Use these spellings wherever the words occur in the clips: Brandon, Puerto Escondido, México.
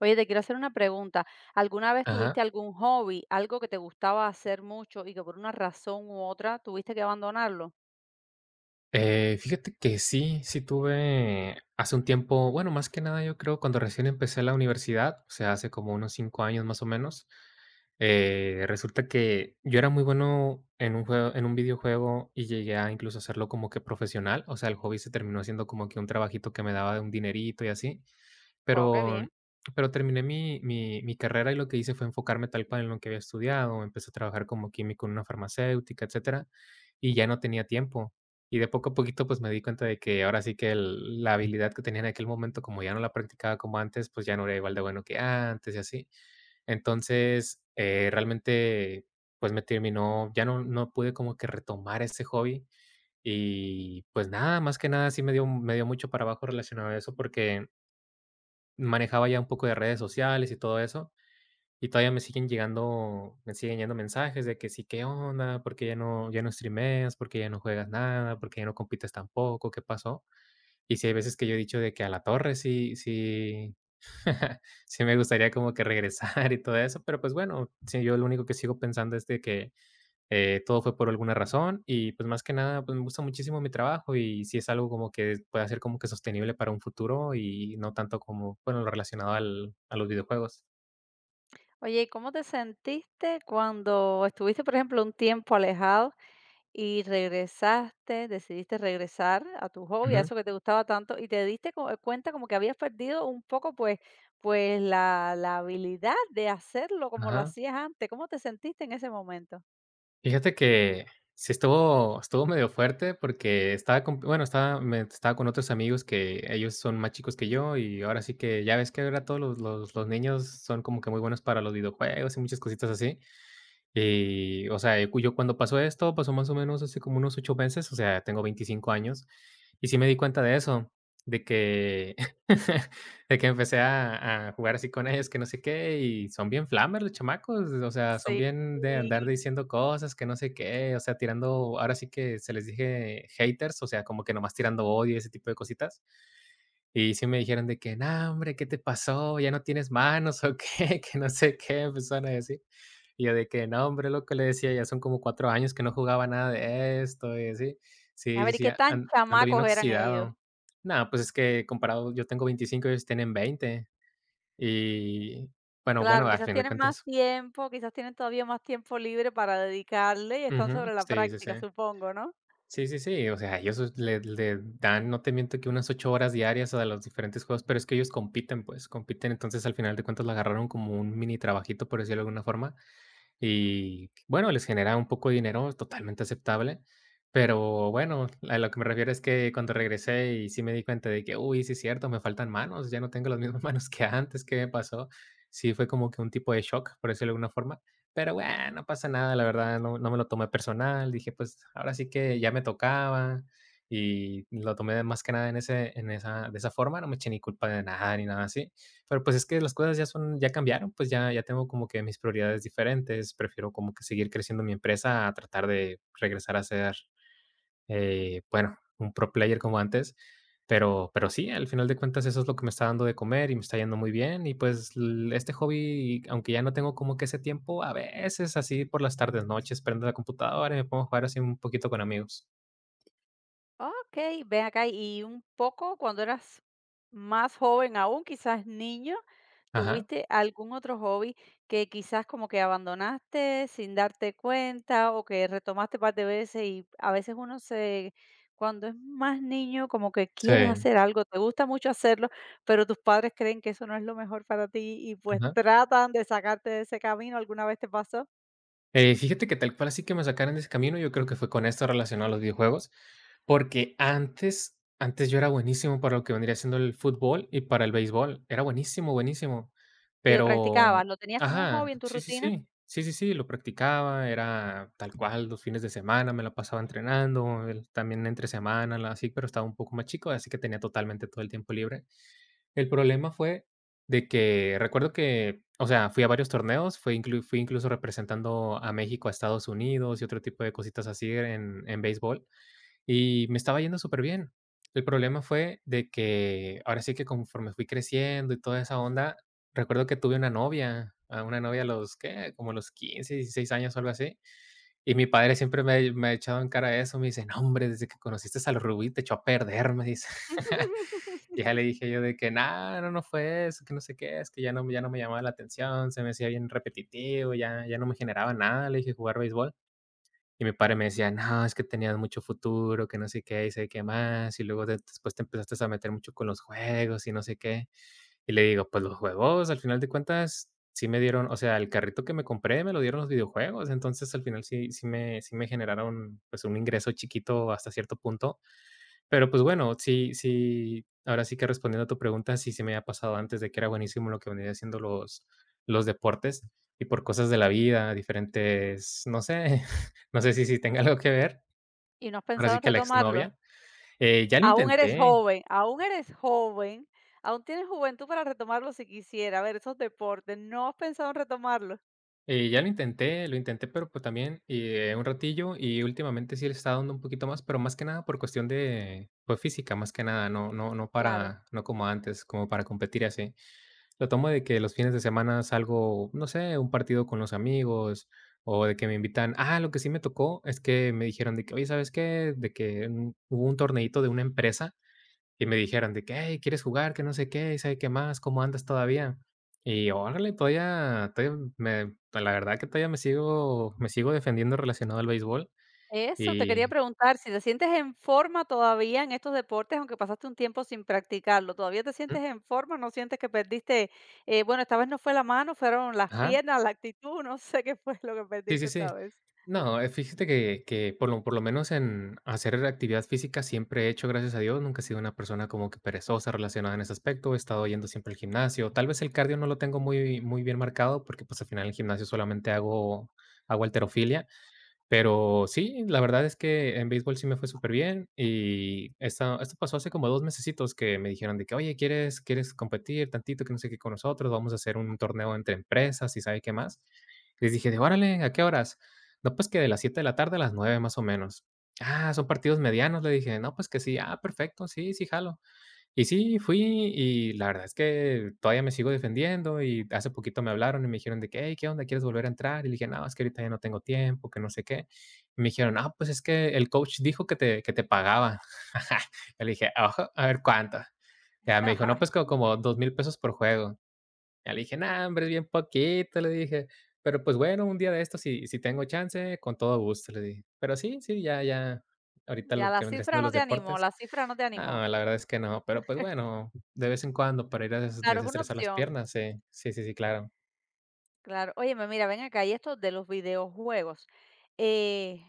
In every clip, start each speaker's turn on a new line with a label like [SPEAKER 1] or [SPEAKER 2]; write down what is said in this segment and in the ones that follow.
[SPEAKER 1] Oye, te quiero hacer una pregunta. ¿Alguna vez tuviste
[SPEAKER 2] Ajá.
[SPEAKER 1] algún hobby, algo que te gustaba hacer mucho y que por una razón u otra tuviste que abandonarlo?
[SPEAKER 2] Fíjate que sí, sí tuve hace un tiempo. Bueno, más que nada yo creo cuando recién empecé la universidad, o sea, hace como unos 5 años más o menos. Resulta que yo era muy bueno en un juego, en un videojuego, y llegué a incluso hacerlo como que profesional. O sea, el hobby se terminó siendo como que un trabajito que me daba de un dinerito y así.
[SPEAKER 1] Wow, qué
[SPEAKER 2] Pero
[SPEAKER 1] bien.
[SPEAKER 2] pero terminé mi carrera, y lo que hice fue enfocarme tal cual en lo que había estudiado. Empecé a trabajar como químico en una farmacéutica, etcétera, y ya no tenía tiempo. Y de poco a poquito, pues, me di cuenta de que ahora sí que el la habilidad que tenía en aquel momento, como ya no la practicaba como antes, pues, ya no era igual de bueno que antes y así. Entonces, realmente, pues, me terminó, ya no pude como que retomar ese hobby. Y, pues, nada, más que nada sí me dio mucho para abajo relacionado a eso, porque manejaba ya un poco de redes sociales y todo eso, y todavía me siguen llegando mensajes de que sí. ¿Qué onda? ¿Por qué ya no streameas? ¿Por qué ya no juegas nada? ¿Por qué ya no compites tampoco? ¿Qué pasó? Y sí hay veces que yo he dicho de que a la torre, sí, sí, sí me gustaría como que regresar y todo eso. Pero, pues, bueno, sí, yo lo único que sigo pensando es de que, todo fue por alguna razón. Y, pues, más que nada, pues me gusta muchísimo mi trabajo, y si es algo como que pueda ser como que sostenible para un futuro y no tanto como, bueno, lo relacionado a los videojuegos.
[SPEAKER 1] Oye, ¿y cómo te sentiste cuando estuviste, por ejemplo, un tiempo alejado y regresaste, decidiste regresar a tu hobby, a
[SPEAKER 2] Ujú,
[SPEAKER 1] eso que te gustaba tanto, y te diste cuenta como que habías perdido un poco, pues la habilidad de hacerlo como lo
[SPEAKER 2] ajá.
[SPEAKER 1] hacías antes? ¿Cómo te sentiste en ese momento?
[SPEAKER 2] Fíjate que sí estuvo medio fuerte porque estaba con, bueno, estaba con otros amigos que ellos son más chicos que yo, y ahora sí que ya ves que ahora todos los niños son como que muy buenos para los videojuegos y muchas cositas así. Y, o sea, cu yo cuando pasó esto, pasó más o menos hace como unos 8 meses. O sea, tengo 25 años, y sí me di cuenta de eso, de que de que empecé a jugar así con ellos, que no sé qué, y son bien flamer los chamacos. O sea, son
[SPEAKER 1] Sí.
[SPEAKER 2] bien de andar diciendo cosas, que no sé qué, o sea, tirando, ahora sí que se les dije haters, o sea, como que nomás tirando odio y ese tipo de cositas. Y sí me dijeron de que: "No, hombre, ¿qué te pasó? ¿Ya no tienes manos o qué?", que no sé qué, empezaron a decir. Y yo de que: "No, hombre", lo que le decía, "ya son como 4 años que no jugaba nada de esto", y así.
[SPEAKER 1] A
[SPEAKER 2] Sí, sí,
[SPEAKER 1] ver, ¿y
[SPEAKER 2] sí,
[SPEAKER 1] qué tan
[SPEAKER 2] an ando bien
[SPEAKER 1] chamacos eran ellos?
[SPEAKER 2] oxidado. Nada, pues, es que comparado yo tengo 25, ellos tienen 20. Y, bueno,
[SPEAKER 1] Claro,
[SPEAKER 2] al
[SPEAKER 1] quizás
[SPEAKER 2] final de
[SPEAKER 1] tienen más
[SPEAKER 2] cuentas.
[SPEAKER 1] tiempo, quizás tienen todavía más tiempo libre para dedicarle y están sobre
[SPEAKER 2] Ujú,
[SPEAKER 1] la
[SPEAKER 2] sí, sí, sí.
[SPEAKER 1] práctica, supongo, ¿no?
[SPEAKER 2] Sí, sí, sí, o sea, ellos es le dan, no te miento, que unas 8 horas diarias a los diferentes juegos, pero es que ellos compiten, pues, compiten. Entonces, al final de cuentas, lo agarraron como un mini trabajito, por decirlo de alguna forma, y bueno, les genera un poco de dinero, es totalmente aceptable. Pero bueno, a lo que me refiero es que cuando regresé, y sí me di cuenta de que, uy, sí es cierto, me faltan manos, ya no tengo las mismas manos que antes. ¿Qué me pasó? Sí, fue como que un tipo de shock, por decirlo de alguna forma. Pero bueno, no pasa nada, la verdad, no me lo tomé personal. Dije, pues, ahora sí que ya me tocaba, y lo tomé más que nada en ese, en esa de esa forma. No me eché ni culpa de nada ni nada así. Pero, pues, es que las cosas ya cambiaron, pues, ya tengo como que mis prioridades diferentes. Prefiero como que seguir creciendo mi empresa a tratar de regresar a ser, bueno, un pro player como antes, pero sí, al final de cuentas eso es lo que me está dando de comer y me está yendo muy bien. Y, pues, l este hobby, aunque ya no tengo como que ese tiempo, a veces así por las tardes, noches, prendo la computadora y me pongo a jugar así un poquito con amigos.
[SPEAKER 1] Okey, ven acá, y un poco cuando eras más joven aún, quizás niño,
[SPEAKER 2] Ajá.
[SPEAKER 1] ¿tuviste algún otro hobby que quizás como que abandonaste sin darte cuenta o que retomaste par de veces? Y a veces uno se cuando es más niño, como que quieres
[SPEAKER 2] Sí.
[SPEAKER 1] hacer algo, te gusta mucho hacerlo, pero tus padres creen que eso no es lo mejor para ti y pues
[SPEAKER 2] Ajá.
[SPEAKER 1] tratan de sacarte de ese camino, ¿alguna vez te pasó?
[SPEAKER 2] Fíjate que tal cual así que me sacaron de ese camino, yo creo que fue con esto relacionado a los videojuegos, porque antes yo era buenísimo para lo que vendría siendo el fútbol y para el béisbol. Era buenísimo, buenísimo,
[SPEAKER 1] ¿Y lo practicabas?
[SPEAKER 2] pero
[SPEAKER 1] ¿Lo tenías como un
[SPEAKER 2] ajá,
[SPEAKER 1] hobby en tu
[SPEAKER 2] sí, sí,
[SPEAKER 1] rutina
[SPEAKER 2] sí, sí, sí, sí, lo practicaba, era tal cual. Los fines de semana me la pasaba entrenando, también entre semana, así. Pero estaba un poco más chico, así que tenía totalmente todo el tiempo libre. El problema fue de que recuerdo que, o sea, fui a varios torneos, fui incluso representando a México, a Estados Unidos y otro tipo de cositas así en béisbol, y me estaba yendo súper bien. El problema fue de que ahora sí que conforme fui creciendo y toda esa onda, recuerdo que tuve una novia a los, ¿qué?, como a los 15, 16 años o algo así, y mi padre siempre me ha echado en cara eso, me dice: "No, hombre, desde que conociste al Rubí te echó a perder", me dice. Y ya le dije yo de que: "Nada, no, no fue eso, que no sé qué, es que ya no me llamaba la atención, se me hacía bien repetitivo, ya no me generaba nada", le dije, jugar béisbol. Y mi padre me decía: "No, es que tenías mucho futuro, que no sé qué, y sé qué más, y luego de después te empezaste a meter mucho con los juegos y no sé qué". Y le digo: "Pues los juegos, al final de cuentas, sí me dieron, o sea, el carrito que me compré me lo dieron los videojuegos, entonces al final sí me generaron, pues, un ingreso chiquito hasta cierto punto". Pero, pues, bueno, sí, sí, ahora sí que respondiendo a tu pregunta, sí, se me había pasado antes de que era buenísimo lo que venía haciendo, los deportes, y por cosas de la vida, diferentes, no sé, no sé si tenga algo que ver,
[SPEAKER 1] y no has
[SPEAKER 2] ahora
[SPEAKER 1] pensado
[SPEAKER 2] sí
[SPEAKER 1] en
[SPEAKER 2] que la
[SPEAKER 1] retomarlo?
[SPEAKER 2] exnovia. Ya lo
[SPEAKER 1] Aún eres
[SPEAKER 2] intenté.
[SPEAKER 1] joven, aún eres joven, aún tienes juventud para retomarlo si quisiera. A ver, esos deportes, ¿no has pensado en retomarlos?
[SPEAKER 2] Ya lo intenté, pero, pues, también, un ratillo, y últimamente sí le está dando un poquito más, pero más que nada por cuestión de, pues, física, más que nada. No, no, no,
[SPEAKER 1] Claro.
[SPEAKER 2] para no como antes, como para competir y así. Lo tomo de que los fines de semana salgo, no sé, un partido con los amigos, o de que me invitan. Ah, lo que sí me tocó es que me dijeron de que: "Oye, ¿sabes qué?", de que, hubo un torneito de una empresa, y me dijeron de que: "Hey, ¿quieres jugar?, que no sé qué, y sabe qué más, ¿cómo andas todavía?". Y órale, todavía todavía me la verdad que todavía me sigo defendiendo relacionado al béisbol
[SPEAKER 1] Eso, te quería
[SPEAKER 2] y...
[SPEAKER 1] preguntar si te sientes en forma todavía en estos deportes, aunque pasaste un tiempo sin practicarlo. ¿Todavía te
[SPEAKER 2] Ujú,
[SPEAKER 1] sientes en forma? ¿No sientes que perdiste? Bueno, Esta vez no fue la mano, fueron las
[SPEAKER 2] ajá.
[SPEAKER 1] piernas, la actitud, no sé qué fue lo que
[SPEAKER 2] Sí,
[SPEAKER 1] perdiste
[SPEAKER 2] sí, sí.
[SPEAKER 1] esta vez.
[SPEAKER 2] No, fíjate que por lo menos en hacer actividad física siempre he hecho, gracias a Dios, nunca he sido una persona como que perezosa relacionada en ese aspecto, he estado yendo siempre al gimnasio. Tal vez el cardio no lo tengo muy muy bien marcado porque, pues, al final en el gimnasio solamente hago halterofilia. Pero sí, la verdad es que en béisbol sí me fue súper bien, y esta esto pasó hace como 2 mesecitos, que me dijeron de que: "Oye, ¿quieres competir tantito, que no sé qué, con nosotros? Vamos a hacer un torneo entre empresas y sabe qué más". Les dije: de: "Órale, ¿a qué horas?". "No, pues que de las 7 de la tarde a las 9 más o menos". "Ah, son partidos medianos", le dije. "No, pues que sí". "Ah, perfecto, sí, sí jalo". Y sí, fui, y la verdad es que todavía me sigo defendiendo. Y hace poquito me hablaron y me dijeron de que: "Hey, ¿qué onda? ¿Quieres volver a entrar?". Y le dije: "No, es que ahorita ya no tengo tiempo, que no sé qué". Y me dijeron: "Ah, pues es que el coach dijo que te pagaba". Yo le dije: "Ojo, a ver cuánto". Ya me dijo: "No, pues co como 2,000 pesos por juego". Ya le dije: "No, hombre, es bien poquito", le dije, "pero, pues, bueno, un día de esto si tengo chance, con todo gusto", le dije. Pero sí, sí, ya ya ahorita
[SPEAKER 1] Ya
[SPEAKER 2] lo
[SPEAKER 1] la
[SPEAKER 2] que vendría
[SPEAKER 1] cifra
[SPEAKER 2] siendo
[SPEAKER 1] no
[SPEAKER 2] los
[SPEAKER 1] te animó,
[SPEAKER 2] deportes,
[SPEAKER 1] la cifra no te animó.
[SPEAKER 2] no, la verdad es que no, pero, pues, bueno, de vez en cuando para ir a
[SPEAKER 1] Claro, es una
[SPEAKER 2] desestresar las
[SPEAKER 1] opción.
[SPEAKER 2] piernas, sí, sí, sí, sí, claro.
[SPEAKER 1] Claro. Óyeme, mira, ven acá, y esto de los videojuegos, eh,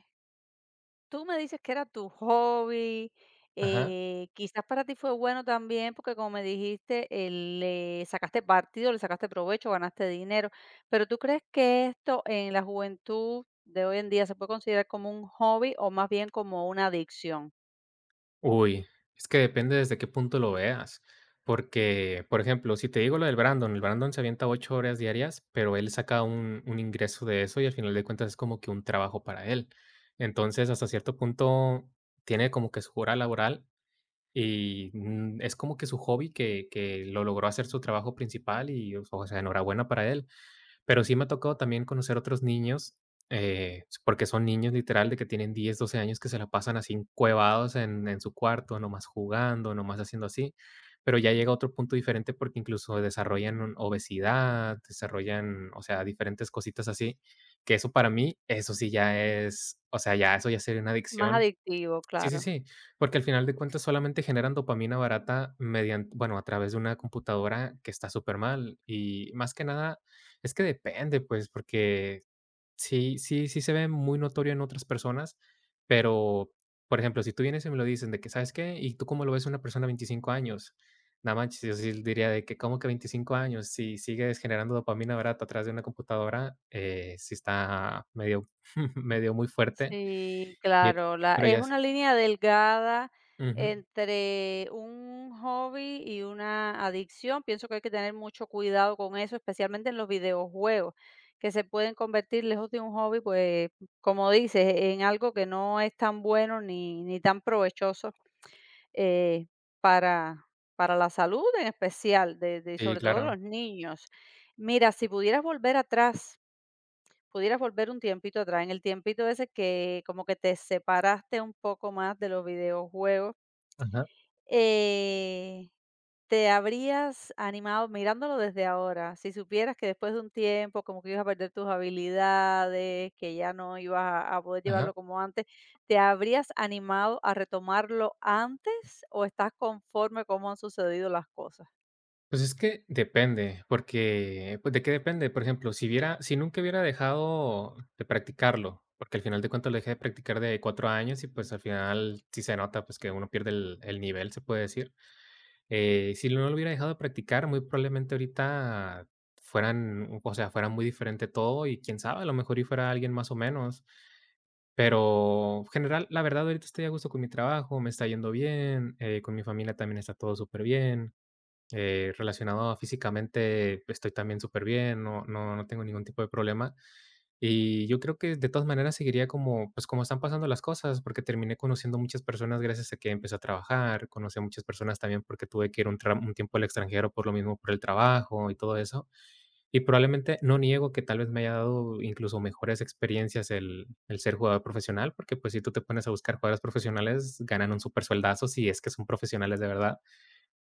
[SPEAKER 1] tú me dices que era tu hobby.
[SPEAKER 2] Ajá.
[SPEAKER 1] Quizás para ti fue bueno también, porque como me dijiste, le sacaste partido, le sacaste provecho, ganaste dinero, pero ¿tú crees que esto en la juventud de hoy en día se puede considerar como un hobby o más bien como una adicción?
[SPEAKER 2] Uy, es que depende desde qué punto lo veas, porque, por ejemplo, si te digo lo del Brandon, el Brandon se avienta 8 horas diarias, pero él saca un ingreso de eso y al final de cuentas es como que un trabajo para él. Entonces, hasta cierto punto, tiene como que su hora laboral y, es como que su hobby que lo logró hacer su trabajo principal y, o sea, enhorabuena para él. Pero sí me ha tocado también conocer otros niños, porque son niños literal de que tienen 10 12 años que se la pasan así encuevados en su cuarto, nomás jugando, nomás haciendo así. Pero ya llega otro punto diferente porque incluso desarrollan obesidad, desarrollan, o sea, diferentes cositas así, que eso para mí, eso sí ya es, o sea, ya eso ya sería una
[SPEAKER 1] Más
[SPEAKER 2] adicción.
[SPEAKER 1] adictivo,
[SPEAKER 2] Sí, sí,
[SPEAKER 1] claro.
[SPEAKER 2] sí, porque al final de cuentas solamente generan dopamina barata mediante bueno, a través de una computadora que está súper mal. Y más que nada es que depende, pues, porque sí sí sí se ve muy notorio en otras personas, pero, por ejemplo, si tú vienes y me lo dicen de que, ¿sabes qué? ¿Y tú cómo lo ves a una persona de 25 años? Nada manches, yo sí diría de que, ¿cómo que 25 años? Si sigues generando dopamina barata a través de una computadora, sí está medio medio muy fuerte,
[SPEAKER 1] Sí,
[SPEAKER 2] y
[SPEAKER 1] claro, la
[SPEAKER 2] pero
[SPEAKER 1] es
[SPEAKER 2] ya es.
[SPEAKER 1] una línea delgada entre un hobby y una adicción. Pienso que hay que tener mucho cuidado con eso, especialmente en los videojuegos, que se pueden convertir lejos de un hobby, pues, como dices, en algo que no es tan bueno ni tan provechoso, eh, para para la salud en especial de
[SPEAKER 2] Sí,
[SPEAKER 1] sobre todo
[SPEAKER 2] claro.
[SPEAKER 1] los niños. Mira, si pudieras volver atrás Pudieras volver un tiempito atrás, en el tiempito ese que como que te separaste un poco más de los videojuegos,
[SPEAKER 2] Ajá,
[SPEAKER 1] eh, ¿te habrías animado mirándolo desde ahora? Si supieras que después de un tiempo como que ibas a perder tus habilidades, que ya no ibas a poder llevarlo
[SPEAKER 2] ajá.
[SPEAKER 1] como antes, ¿te habrías animado a retomarlo antes o estás conforme cómo han sucedido las cosas?
[SPEAKER 2] Pues es que depende, porque, pues, ¿de qué depende? Por ejemplo, si nunca hubiera dejado de practicarlo, porque al final de cuentas lo dejé de practicar de 4 años y, pues, al final sí se nota, pues, que uno pierde el nivel, se puede decir. Si no lo hubiera dejado de practicar, muy probablemente ahorita fueran, o sea, fuera muy diferente todo y quién sabe, a lo mejor y fuera alguien más o menos. Pero general, la verdad, ahorita estoy a gusto con mi trabajo, me está yendo bien, con mi familia también está todo súper bien. Relacionado a físicamente, estoy también súper bien, no no no tengo ningún tipo de problema. Y yo creo que de todas maneras seguiría como, pues, como están pasando las cosas, porque terminé conociendo muchas personas gracias a que empecé a trabajar, conocí a muchas personas también porque tuve que ir un tiempo al extranjero por lo mismo, por el trabajo y todo eso. Y probablemente no niego que tal vez me haya dado incluso mejores experiencias el ser jugador profesional, porque, pues, si tú te pones a buscar jugadores profesionales, ganan un super sueldazo si es que son profesionales de verdad.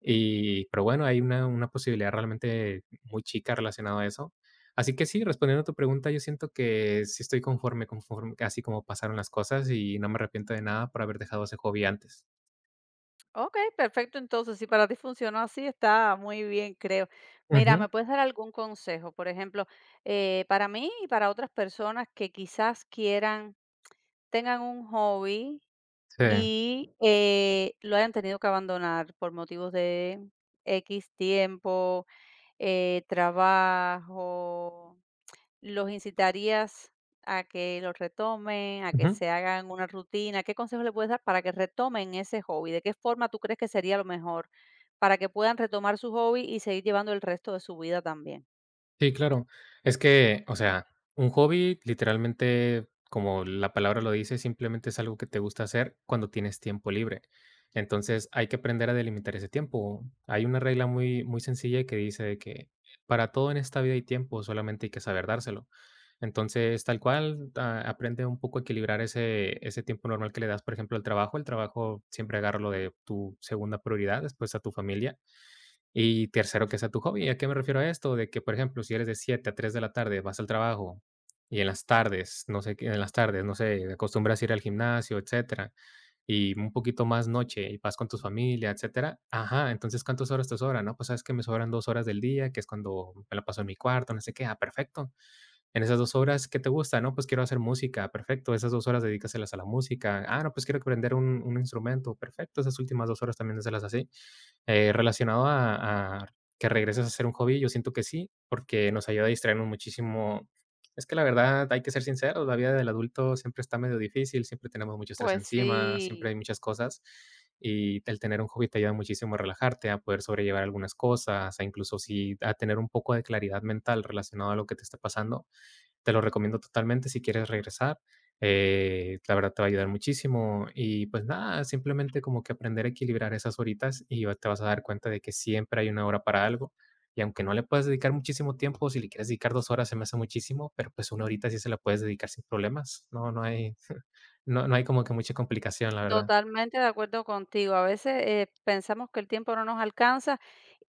[SPEAKER 2] Y, pero bueno, hay una posibilidad realmente muy chica relacionado a eso. Así que sí, respondiendo a tu pregunta, yo siento que sí estoy conforme conforme así como pasaron las cosas y no me arrepiento de nada por haber dejado ese hobby antes.
[SPEAKER 1] Ok, perfecto. Entonces, si para ti funcionó así, está muy bien, creo. Mira,
[SPEAKER 2] Ujú,
[SPEAKER 1] ¿me puedes dar algún consejo? Por ejemplo, para mí y para otras personas que quizás quieran, tengan un hobby
[SPEAKER 2] sí,
[SPEAKER 1] y lo hayan tenido que abandonar por motivos de X tiempo, trabajo, ¿los incitarías a que los retomen, a que
[SPEAKER 2] ujú.
[SPEAKER 1] se hagan una rutina? ¿Qué consejos le puedes dar para que retomen ese hobby? ¿De qué forma tú crees que sería lo mejor para que puedan retomar su hobby y seguir llevando el resto de su vida también?
[SPEAKER 2] Sí, claro. Es que, o sea, un hobby literalmente, como la palabra lo dice, simplemente es algo que te gusta hacer cuando tienes tiempo libre. Entonces, hay que aprender a delimitar ese tiempo. Hay una regla muy, muy sencilla que dice de que para todo en esta vida hay tiempo, solamente hay que saber dárselo. Entonces, tal cual, aprende un poco a equilibrar ese tiempo normal que le das, por ejemplo, al trabajo. El trabajo siempre agarra lo de tu segunda prioridad, después a tu familia y tercero, que sea tu hobby. ¿A qué me refiero a esto? De que, por ejemplo, si eres de 7 a 3 de la tarde, vas al trabajo, y en las tardes, no sé, en las tardes, no sé, acostumbras a ir al gimnasio, etcétera, y un poquito más noche y vas con tu familia, etcétera. Ajá, entonces, ¿cuántas horas te sobran? No, pues sabes que me sobran 2 horas del día, que es cuando me la paso en mi cuarto, no sé qué. Ah, perfecto, en esas 2 horas, ¿qué te gusta? No, pues quiero hacer música, perfecto. Esas dos horas dedícaselas a la música. Ah, no, pues quiero aprender un instrumento, perfecto. Esas últimas 2 horas también déselas así. Relacionado a que regreses a hacer un hobby, yo siento que sí, porque nos ayuda a distraernos muchísimo. Es que la verdad, hay que ser sinceros, la vida del adulto siempre está medio difícil, siempre tenemos mucho estrés
[SPEAKER 1] Pues
[SPEAKER 2] encima, siempre
[SPEAKER 1] sí.
[SPEAKER 2] hay muchas cosas. Y el tener un hobby te ayuda muchísimo a relajarte, a poder sobrellevar algunas cosas, a incluso si a tener un poco de claridad mental relacionado a lo que te está pasando. Te lo recomiendo totalmente si quieres regresar, la verdad te va a ayudar muchísimo y, pues, nada, simplemente como que aprender a equilibrar esas horitas y va te vas a dar cuenta de que siempre hay una hora para algo. Y aunque no le puedas dedicar muchísimo tiempo, si le quieres dedicar 2 horas se me hace muchísimo, pero, pues, una horita sí se la puedes dedicar sin problemas. No, no hay no no hay como que mucha complicación, la verdad.
[SPEAKER 1] Totalmente de acuerdo contigo. A veces pensamos que el tiempo no nos alcanza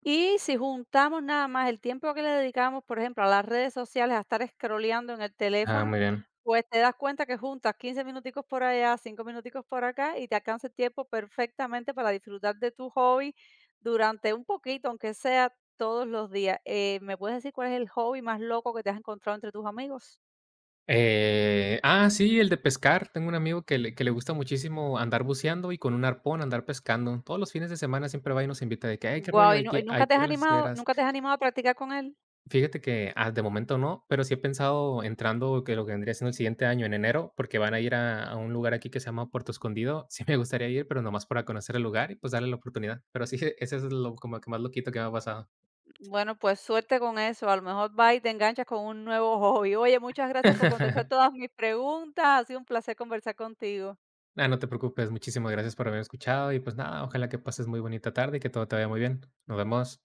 [SPEAKER 1] y si juntamos nada más el tiempo que le dedicamos, por ejemplo, a las redes sociales, a estar scrolleando en el
[SPEAKER 2] Ah,
[SPEAKER 1] teléfono,
[SPEAKER 2] muy bien.
[SPEAKER 1] pues te das cuenta que juntas 15 minuticos por allá, 5 minuticos por acá y te alcanza el tiempo perfectamente para disfrutar de tu hobby durante un poquito, aunque sea todos los días. ¿Me puedes decir cuál es el hobby más loco que te has encontrado entre tus amigos?
[SPEAKER 2] Sí, el de pescar. Tengo un amigo que le gusta muchísimo andar buceando y con un arpón andar pescando. Todos los fines de semana siempre va y nos invita de que, ay, qué
[SPEAKER 1] Guau,
[SPEAKER 2] rollo,
[SPEAKER 1] ¿y nu y nunca
[SPEAKER 2] hay
[SPEAKER 1] te
[SPEAKER 2] que
[SPEAKER 1] has
[SPEAKER 2] ir a las
[SPEAKER 1] animado
[SPEAKER 2] esferas.
[SPEAKER 1] nunca te has animado a practicar con él?
[SPEAKER 2] Fíjate que ah, de momento no, pero sí he pensado entrando que lo que vendría siendo el siguiente año, en enero, porque van a ir a un lugar aquí que se llama Puerto Escondido. Sí me gustaría ir, pero nomás para conocer el lugar y pues darle la oportunidad. Pero sí, ese es lo como que más loquito que me ha pasado.
[SPEAKER 1] Bueno, pues suerte con eso, a lo mejor vas y te enganchas con un nuevo hobby. Oye, muchas gracias por contestar todas mis preguntas, ha sido un placer conversar contigo.
[SPEAKER 2] Ah, no te preocupes, muchísimas gracias por haberme escuchado y pues nada, ojalá que pases muy bonita tarde y que todo te vaya muy bien. Nos vemos.